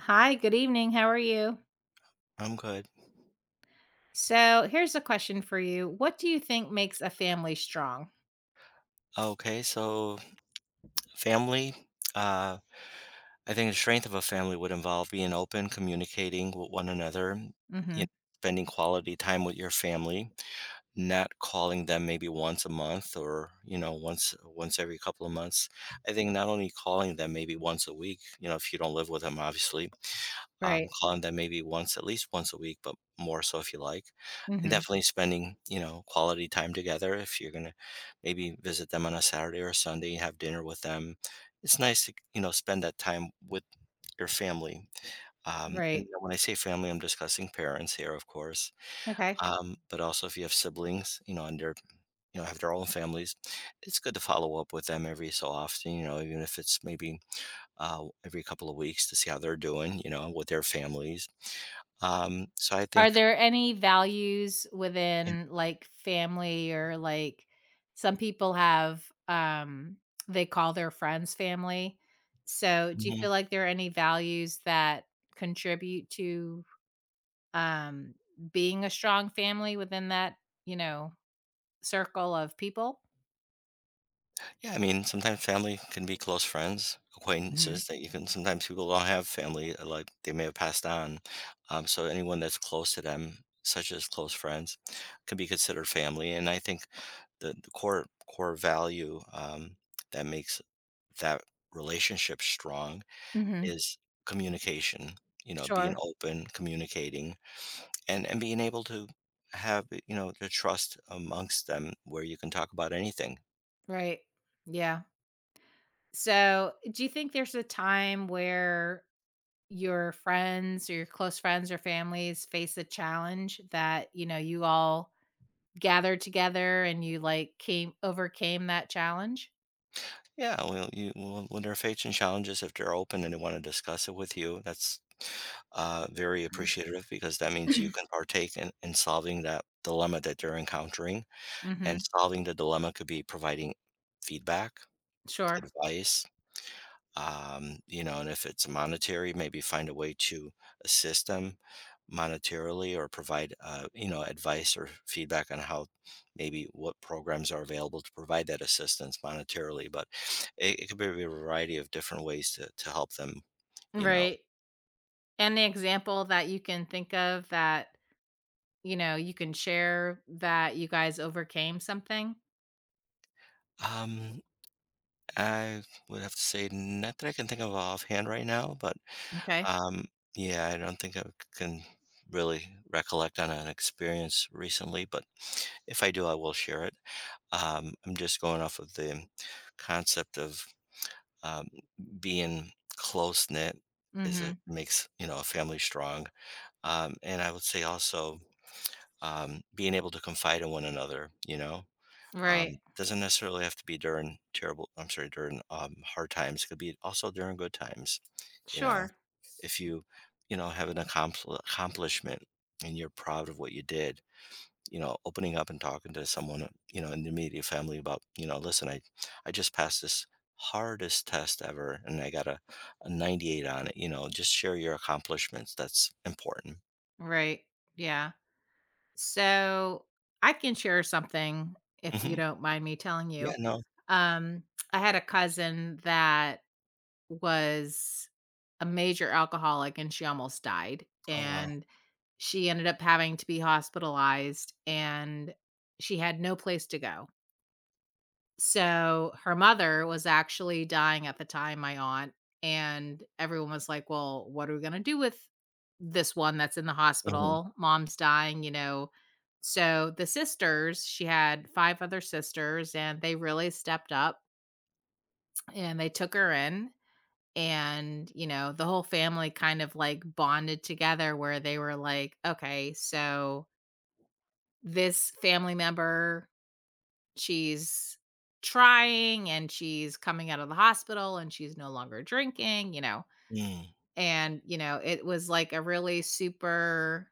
Hi, good evening. How are you? I'm good. So, here's a question for you. What do you think makes a family strong? Okay, so family, uh, I think the strength of a family would involve being open, communicating with one another, you know, Mhm. spending quality time with your family, not calling them maybe once a month or, you know, once every couple of months. I think not only calling them maybe once a week, you know, if you don't live with them, obviously. Right. Calling them maybe once, at least once a week, but more so if you like. And Mhm. definitely spending, you know, quality time together. If you're gonna maybe visit them on a Saturday or a Sunday, have dinner with them. It's nice to, you know, spend that time with your family. And Right. when I say family, I'm discussing parents here, of course. Okay. But also if you have siblings, you know, and they're, you know, have their own families, it's good to follow up with them every so often, you know, even if it's maybe every couple of weeks to see how they're doing, you know, with their families. So I Are think, there any values yeah. within like family or like some people have they call their friends family. So, do you Mhm. feel like there are any values that contribute to um being a strong family within that, you know, circle of people? Yeah, I mean, sometimes family can be close friends, Mhm. acquaintances that you can sometimes people don't have family, like they may have passed on. So anyone that's close to them, such as close friends, can be considered family. And I think the core value, that makes that relationship strong Mhm. is communication. You know, being Sure. open, communicating, and being able to have, you know, the trust amongst them where you can talk about anything. Right. Yeah. So, do you think there's a time where your friends or your close friends or families face a challenge that, you know, you all gathered together and you like came overcame that challenge? Yeah, well you well, when there are fates and challenges, if they're open and they want to discuss it with you, that's very appreciative, because that means you can partake in solving that dilemma that they're encountering, and Mhm. solving the dilemma could be providing feedback, Sure. advice, you know, and if it's monetary, maybe find a way to assist them monetarily, or provide, you know, advice or feedback on how maybe what programs are available to provide that assistance monetarily. But it could be a variety of different ways to help them, you know. Right. Any example that you can think of that, you know, you can share that you guys overcame something? Um, I would have to say, not that I can think of offhand right now, but Okay. um, yeah, I don't think I can really recollect on an experience recently, but if I do, I will share it. I'm just going off of the concept of um, being close knit is a Mhm. makes, you know, a family strong, and I would say also being able to confide in one another. You know, Right. Doesn't necessarily have to be during terrible. I'm sorry, during hard times. It could be also during good times. You know, Sure. if you, you know, have an accomplishment, and you're proud of what you did, you know, opening up and talking to someone, you know, in the immediate family about, you know, listen, I just passed this hardest test ever, and I got a 98 on it, you know, just share your accomplishments. That's important. Right. Yeah. So, I can share something if you Hmm. don't mind me telling Yeah, you. no. Um, I had a cousin that was a major alcoholic and she almost died, Oh, wow. and she ended up having to be hospitalized, and she had no place to go. So, her mother was actually dying at the time, my aunt, and everyone was like, "Well, what are we gonna do with this one that's in the Hmm. hospital? Mom's dying," you know? So, the sisters she had 5 other sisters, and they really stepped up, and they took her in, and, you know, the whole family kind of, like, bonded together where they were like, "Okay, so this family member she's trying and she's coming out of the hospital and she's no longer drinking, you know. Mm. And, you know, it was like a really super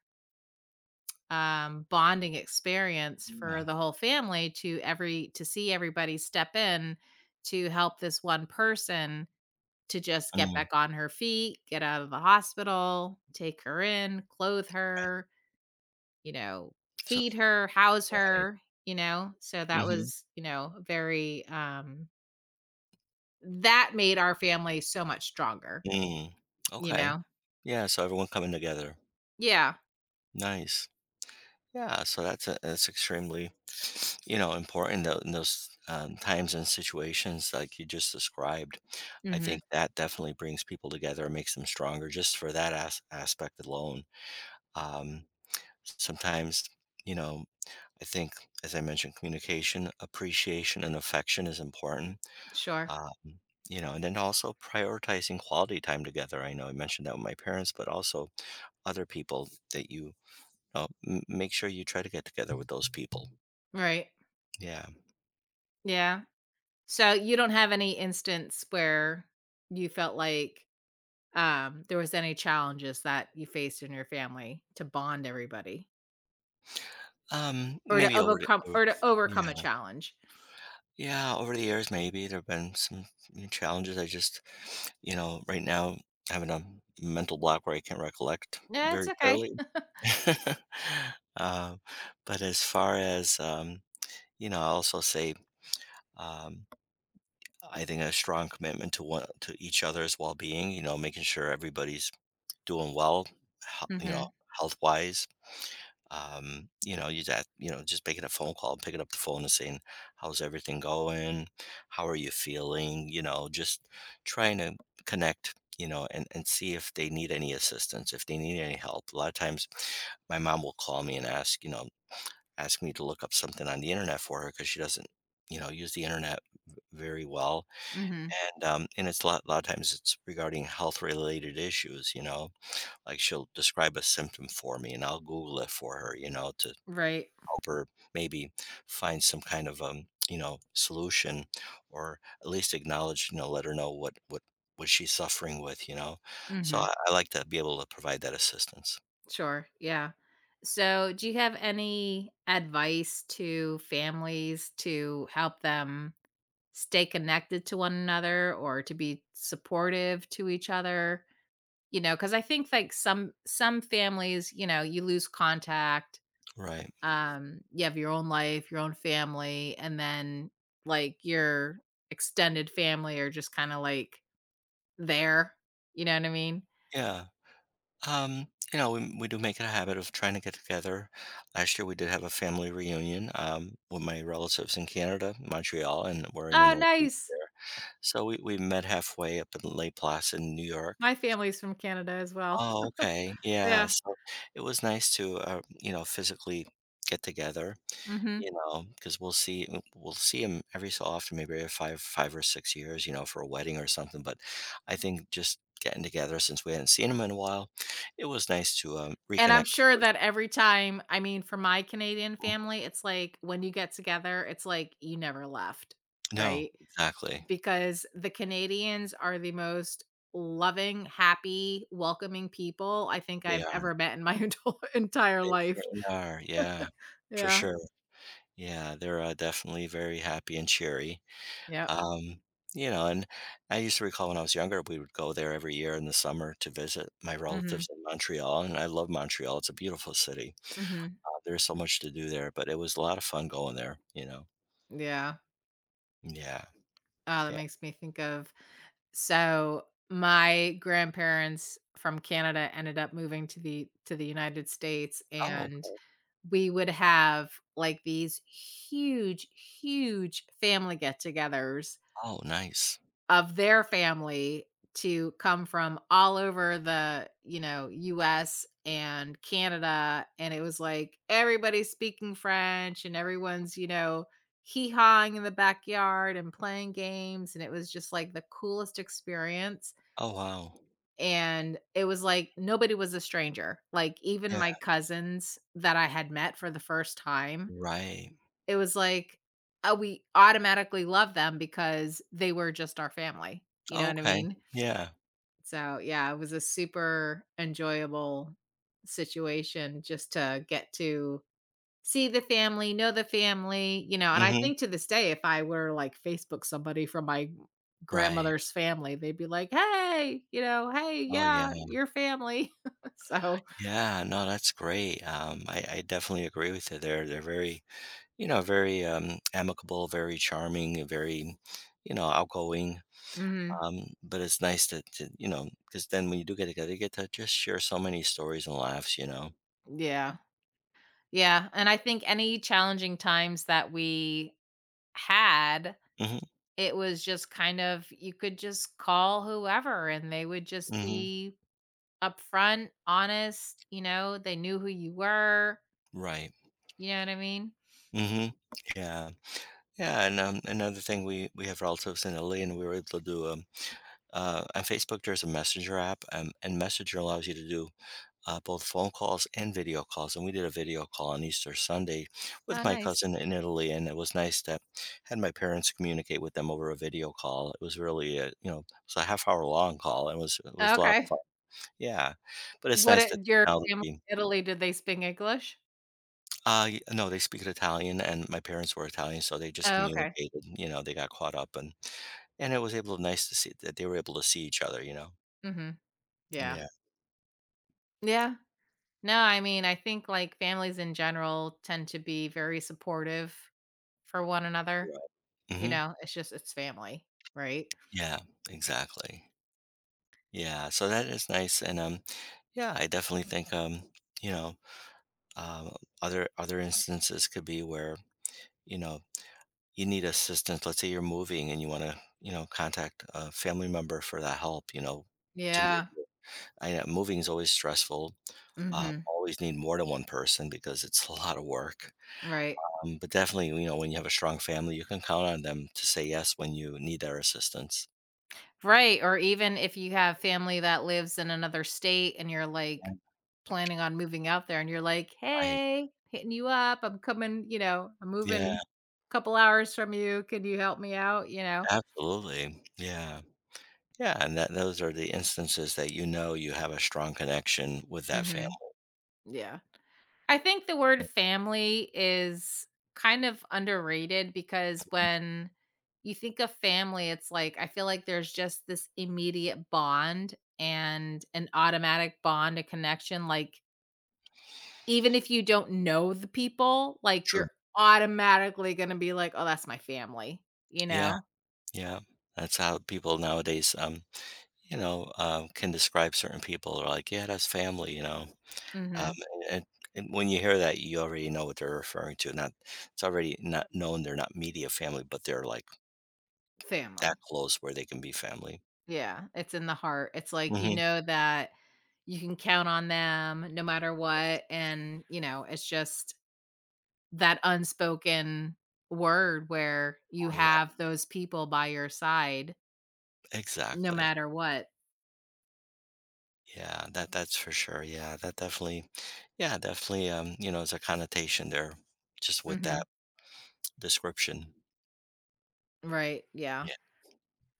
bonding experience for Yeah. the whole family to every to see everybody step in to help this one person to just get Mm. back on her feet, get out of the hospital, take her in, clothe Right. her, you know, So, feed her, house right. her, you know. So that Hmm. was, you know, very. That made our family so much stronger, Mm. you Okay. know? Yeah. So everyone coming together. Yeah. Nice. Yeah, so that's extremely, you know, important in those times and situations like you just described. I Mhm. think that definitely brings people together and makes them stronger just for that aspect alone. Um, sometimes, you know, I think, as I mentioned, communication, appreciation, and affection is important. Sure. Um, you know, and then also prioritizing quality time together. I know I mentioned that with my parents, but also other people that you know, make sure you try to get together with those people. Right. Yeah. Yeah. So, you don't have any instance where you felt like, there was any challenges that you faced in your family to bond everybody Maybe over the o or to overcome a yeah. challenge? Yeah, over the years, maybe there've been some new challenges. I just, you know, right now, having a mental block where I can't recollect Yeah, it's very okay. clearly. Um, but as far as, you know, I also say, um, I think a strong commitment to one to each other's well-being, you know, making sure everybody's doing well, hea you know, Mhm. health-wise. You know, you just, you know, just making a phone call, picking up the phone and saying, "How's everything going? How are you feeling?" You know, just trying to connect, you know, and see if they need any assistance, if they need any help. A lot of times, my mom will call me and ask, you know, ask me to look up something on the internet for her because she doesn't, you know, use the internet very well. Mhm. And and it's a lot of times it's regarding health related issues. You know, like she'll describe a symptom for me, and I'll Google it for her. You know, to Right. help her maybe find some kind of you know solution, or at least acknowledge, you know, let her know what what she's suffering with, you know. So Mhm. I like to be able to provide that assistance, Sure. Yeah. So, do you have any advice to families to help them stay connected to one another or to be supportive to each other, you know, because I think, like, some families, you know, you lose contact, right. You have your own life, your own family, and then, like, your extended family are just kinda, like, there, you know what I mean? Yeah. um you know, we do make it a habit of trying to get together. Last year we did have a family reunion with my relatives in Canada, Montreal, and we're in the "Oh, Northeast nice." there, so we met halfway up in Lake Placid, in New York. My family's from Canada as well. Oh, okay. Yeah, Yeah, so it was nice to, you know, physically get together, mhm. you know, because 'cause we'll see w we'll see him every so often, maybe every 5 or 6 years, you know, for a wedding or something, but I think just getting together since we hadn't seen him in a while, it was nice to, And I'm reconnect sure first. that every time I mean, for my Canadian family, it's like when you get together, it's like you never left, No, right? exactly. Because the Canadians are the most loving, happy, welcoming people I think They I've are. ever met in my adult entire They life. certainly are, yeah, for Yeah. sure. Yeah, they're, definitely very happy and cheery. Yep. Um, you know, and I used to recall when I was younger, we would go there every year in the summer to visit my Mhm. relatives in Montreal, and I love Montreal. It's a beautiful city. Mhm. There's so much to do there, but it was a lot of fun going there, you know. Yeah. Yeah. Oh, that Yeah. makes me think of so my grandparents from Canada ended up moving to the United States, Oh, and we would have, like, these huge, huge family get-togethers oh, nice. of their family to come from all over the, you know, US and Canada, and it was like everybody's speaking French and everyone's, you know, hee-hawing in the backyard and playing games, and it was just, like, the coolest experience, Oh, wow. and it was like nobody was a stranger. Like, even Yeah. my cousins that I had met for the first time, Right. it was like, oh, we automatically love them because they were just our family. You know Oh, what I okay. mean? Yeah. So, yeah, it was a super enjoyable situation just to get to see the family, know the family, you know, and I Hmm. think to this day, if I were like Facebook somebody from my Right. grandmother's family, they'd be like, "Hey, you know, hey, Oh, yeah. yeah, your family." So, Yeah. No, that's great. I definitely agree with you there. They're very, you know, very amicable, very charming, very, you know, outgoing. mhm, But it's nice to you know, because then when you do get together, you get to just share so many stories and laughs, you know? yeah. Yeah, and I think any challenging times that we had, Mhm, it was just kind of you could just call whoever and they would just mhm, be upfront, honest, you know, they knew who you were, right. you know what I mean? Mhm, yeah. Yeah, and, another thing, we have relatives in Italy, and we were able to do, uh on Facebook, there's a messenger app, and Messenger allows you to do both phone calls and video calls. And we did a video call on Easter Sunday with Oh, my nice. cousin in Italy, and it was nice to had my parents communicate with them over a video call. It was really a, you know, it was a half hour long call, and it was a lot of Okay. fun. Yeah, but it's What nice I that your family technology. in Italy, did they speak English? No, they speak Italian, and my parents were Italian, so they just Oh, okay. communicated. You know, they got caught up, and it was able nice to see that they were able to see each other, you know. Mhm. Yeah. Yeah. Yeah. No, I mean, I think, like, families in general tend to be very supportive for one another, Right. you Hmm. know? It's just it's family, right? Yeah. Exactly. Yeah, so that is nice, and, yeah, I definitely think, you know, um, other other instances could be where, you know, you need assistance. Let's say you're moving and you wanna, you know, contact a family member for that help, you know, to move. Yeah. I know moving is always stressful, Mhm. always need more than one person because it's a lot of work, Right. But definitely, you know, when you have a strong family, you can count on them to say yes when you need their assistance. Right, or even if you have family that lives in another state and you're, Yeah, like, planning on moving out there and you're like, I "Hey, hitting you up, I'm coming, you know, I'm yeah, moving a couple hours from you, Can you help me out?" You know? absolutely, yeah. Yeah, and that those are the instances that you know you have a strong connection with that family. Mhm. Yeah. I think the Yeah. word family is kind of underrated because when you think of family, it's like I feel like there's just this immediate bond and an automatic bond, a connection, like, Even if you don't know the people, like, True. you're automatically gonna be like, "Oh, that's my family," you Yeah, know? yeah. That's how people nowadays, you know, can describe certain people. They're like, yeah, that's family, you know. Um, Mhm. and, and when you hear that, you already know what they're referring to. Not, it's already not known they're not media family, but they're like that Family. close where they can be family. Yeah, it's in the heart. It's like, you Hmm. know that you can count on them no matter what, and, you know, it's just that unspoken word where you Oh yeah, have those people by your side no exactly. matter what. Yeah, that's for sure. Yeah, that definitely, yeah, definitely. You know, there's a connotation there just with that. Mhm. Description. Right, yeah. Yeah,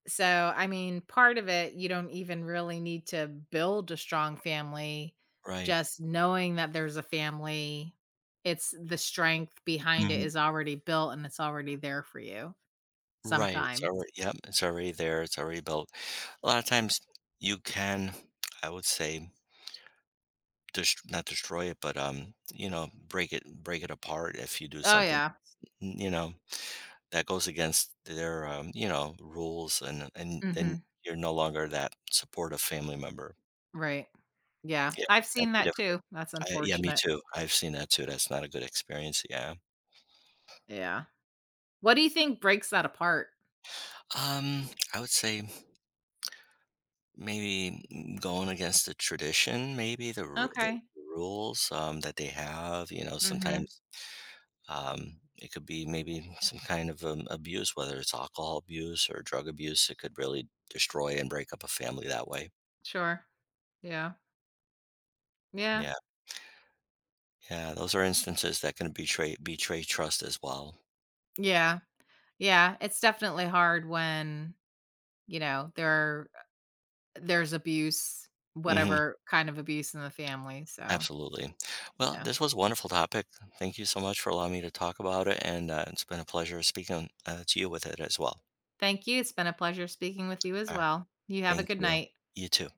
So, I mean, part of it, you don't even really need to build a strong family. right. Just knowing that there's a family, it's the strength behind it Mhm. is already built and it's already there for you Right, it's sometimes. already yep, it's already there, it's already built. A lot of times you can, I would say, dest not destroy it, but, you know, break it apart if you do Oh, something, yeah. You know, that goes against their, you know, rules, and then Mhm. you're no longer that supportive family member. Right. Yeah. Yeah, I've that'd seen be that diff too. That's I yeah, me unfortunate. too. I've seen that too, that's not a good experience, yeah. Yeah. What do you think breaks that apart? Um, I would say maybe going against the tradition, maybe the Okay. rules, that they have, you know, Mhm. sometimes, it could be maybe some kind of, abuse, whether it's alcohol abuse or drug abuse. It could really destroy and break up a family that way. Sure. Yeah. Yeah. Yeah, yeah, those are instances that can betray trust as well. Yeah. Yeah. It's definitely hard when, you know, There's abuse, Mhm, whatever kind of abuse in the family, so, absolutely. Well, yeah. this was a wonderful topic. Thank you so much for allowing me to talk about it, and, it's been a pleasure speaking, to you with it as well. Thank you, it's been a pleasure speaking with you as Alright, well. You have a thank good you. night. You too.